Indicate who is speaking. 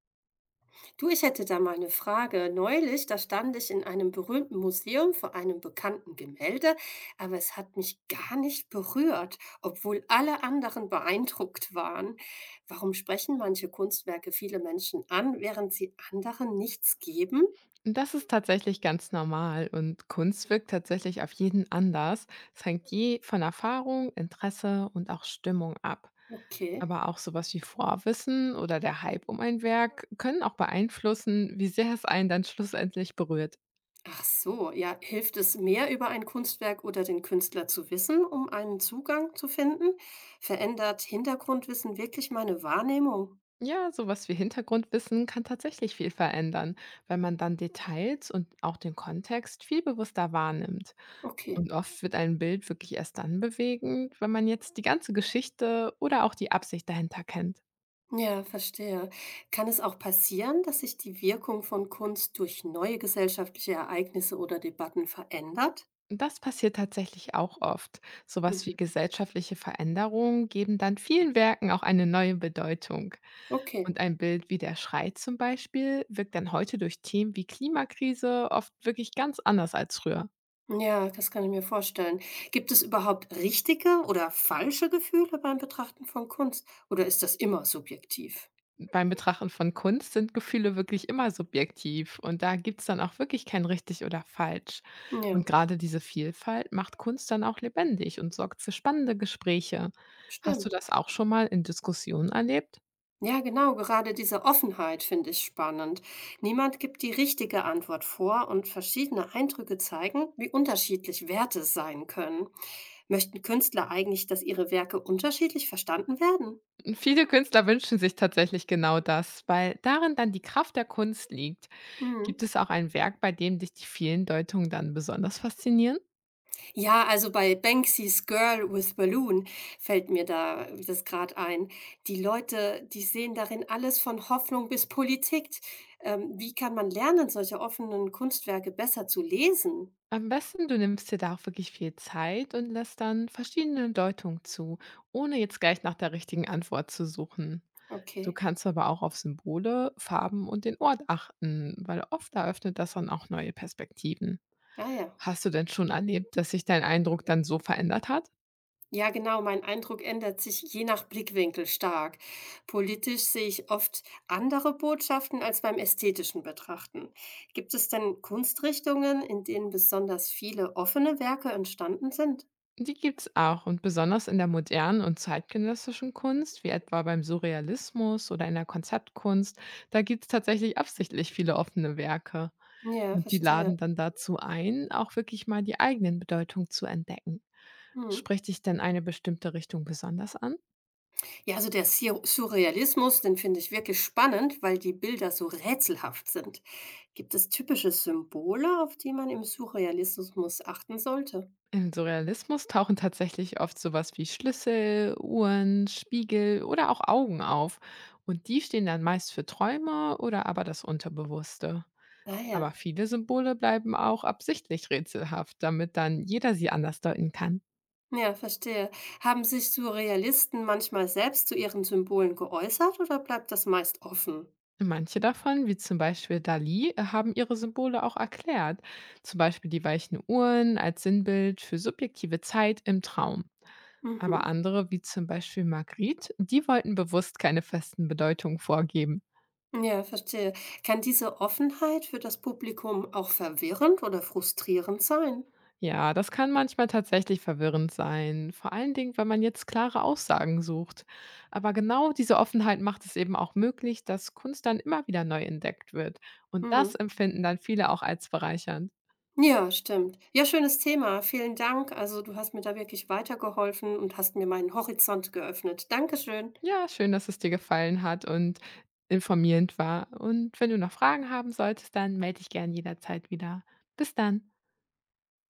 Speaker 1: Du, ich hätte da mal eine Frage. Neulich, da stand ich in einem berühmten Museum vor einem bekannten Gemälde, aber es hat mich gar nicht berührt, obwohl alle anderen beeindruckt waren. Warum sprechen manche Kunstwerke viele Menschen an, während sie anderen nichts geben?
Speaker 2: Das ist tatsächlich ganz normal und Kunst wirkt tatsächlich auf jeden anders. Es hängt je von Erfahrung, Interesse und auch Stimmung ab.
Speaker 1: Okay.
Speaker 2: Aber auch sowas wie Vorwissen oder der Hype um ein Werk können auch beeinflussen, wie sehr es einen dann schlussendlich berührt.
Speaker 1: Ach so, ja, hilft es mehr über ein Kunstwerk oder den Künstler zu wissen, um einen Zugang zu finden? Verändert Hintergrundwissen wirklich meine Wahrnehmung?
Speaker 2: Ja, sowas wie Hintergrundwissen kann tatsächlich viel verändern, weil man dann Details und auch den Kontext viel bewusster wahrnimmt.
Speaker 1: Okay.
Speaker 2: Und oft wird ein Bild wirklich erst dann bewegend, wenn man jetzt die ganze Geschichte oder auch die Absicht dahinter kennt.
Speaker 1: Ja, verstehe. Kann es auch passieren, dass sich die Wirkung von Kunst durch neue gesellschaftliche Ereignisse oder Debatten verändert?
Speaker 2: Und das passiert tatsächlich auch oft. Sowas wie
Speaker 1: Mhm.
Speaker 2: gesellschaftliche Veränderungen geben dann vielen Werken auch eine neue Bedeutung.
Speaker 1: Okay.
Speaker 2: Und ein Bild wie der Schrei zum Beispiel wirkt dann heute durch Themen wie Klimakrise oft wirklich ganz anders als früher.
Speaker 1: Ja, das kann ich mir vorstellen. Gibt es überhaupt richtige oder falsche Gefühle beim Betrachten von Kunst? Oder ist das immer subjektiv?
Speaker 2: Beim Betrachten von Kunst sind Gefühle wirklich immer subjektiv und da gibt's dann auch wirklich kein richtig oder falsch. Und
Speaker 1: Ja,
Speaker 2: gerade diese Vielfalt macht Kunst dann auch lebendig und sorgt für spannende Gespräche. Hast du
Speaker 1: stimmt.
Speaker 2: das auch schon mal in Diskussionen erlebt?
Speaker 1: Ja, genau, gerade diese Offenheit finde ich spannend. Niemand gibt die richtige Antwort vor und verschiedene Eindrücke zeigen, wie unterschiedlich Werte sein können. Möchten Künstler eigentlich, dass ihre Werke unterschiedlich verstanden werden?
Speaker 2: Viele Künstler wünschen sich tatsächlich genau das, weil darin dann die Kraft der Kunst liegt.
Speaker 1: Hm.
Speaker 2: Gibt es auch ein Werk, bei dem dich die vielen Deutungen dann besonders faszinieren?
Speaker 1: Ja, also bei Banksys Girl with Balloon fällt mir da das gerade ein. Die Leute, die sehen darin alles von Hoffnung bis Politik. Wie kann man lernen, solche offenen Kunstwerke besser zu lesen?
Speaker 2: Am besten, du nimmst dir da auch wirklich viel Zeit und lässt dann verschiedene Deutungen zu, ohne jetzt gleich nach der richtigen Antwort zu suchen. Du
Speaker 1: Okay,
Speaker 2: kannst aber auch auf Symbole, Farben und den Ort achten, weil oft eröffnet das dann auch neue Perspektiven.
Speaker 1: naja.
Speaker 2: Hast du denn schon erlebt, dass sich dein Eindruck dann so verändert hat?
Speaker 1: Ja, genau, mein Eindruck ändert sich je nach Blickwinkel stark. Politisch sehe ich oft andere Botschaften als beim ästhetischen Betrachten. Gibt es denn Kunstrichtungen, in denen besonders viele offene Werke entstanden sind?
Speaker 2: Die gibt's auch und besonders in der modernen und zeitgenössischen Kunst, wie etwa beim Surrealismus oder in der Konzeptkunst, da gibt's tatsächlich absichtlich viele offene Werke.
Speaker 1: Ja,
Speaker 2: Und die
Speaker 1: verstehe.
Speaker 2: laden dann dazu ein, auch wirklich mal die eigenen Bedeutungen zu entdecken.
Speaker 1: Hm.
Speaker 2: Spricht dich denn eine bestimmte Richtung besonders an?
Speaker 1: Ja, also der Surrealismus, den finde ich wirklich spannend, weil die Bilder so rätselhaft sind. Gibt es typische Symbole, auf die man im Surrealismus achten sollte?
Speaker 2: Im Surrealismus tauchen tatsächlich oft sowas wie Schlüssel, Uhren, Spiegel oder auch Augen auf. Und die stehen dann meist für Träume oder aber das Unterbewusste.
Speaker 1: Ah ja.
Speaker 2: Aber viele Symbole bleiben auch absichtlich rätselhaft, damit dann jeder sie anders deuten kann.
Speaker 1: Ja, verstehe. Haben sich Surrealisten manchmal selbst zu ihren Symbolen geäußert oder bleibt das meist offen?
Speaker 2: Manche davon, wie zum Beispiel Dali, haben ihre Symbole auch erklärt. Zum Beispiel die weichen Uhren als Sinnbild für subjektive Zeit im Traum. Aber
Speaker 1: Mhm.
Speaker 2: andere, wie zum Beispiel Magritte, die wollten bewusst keine festen Bedeutungen vorgeben.
Speaker 1: Ja, verstehe. Kann diese Offenheit für das Publikum auch verwirrend oder frustrierend sein?
Speaker 2: Ja, das kann manchmal tatsächlich verwirrend sein, vor allen Dingen, wenn man jetzt klare Aussagen sucht. Aber genau diese Offenheit macht es eben auch möglich, dass Kunst dann immer wieder neu entdeckt wird. Und das
Speaker 1: Hm.
Speaker 2: empfinden dann viele auch als bereichernd.
Speaker 1: Ja, stimmt. Ja, schönes Thema. Vielen Dank. Also, du hast mir da wirklich weitergeholfen und hast mir meinen Horizont geöffnet. Dankeschön.
Speaker 2: Ja, schön, dass es dir gefallen hat und informierend war. Und wenn du noch Fragen haben solltest, dann melde dich gern jederzeit wieder. Bis dann.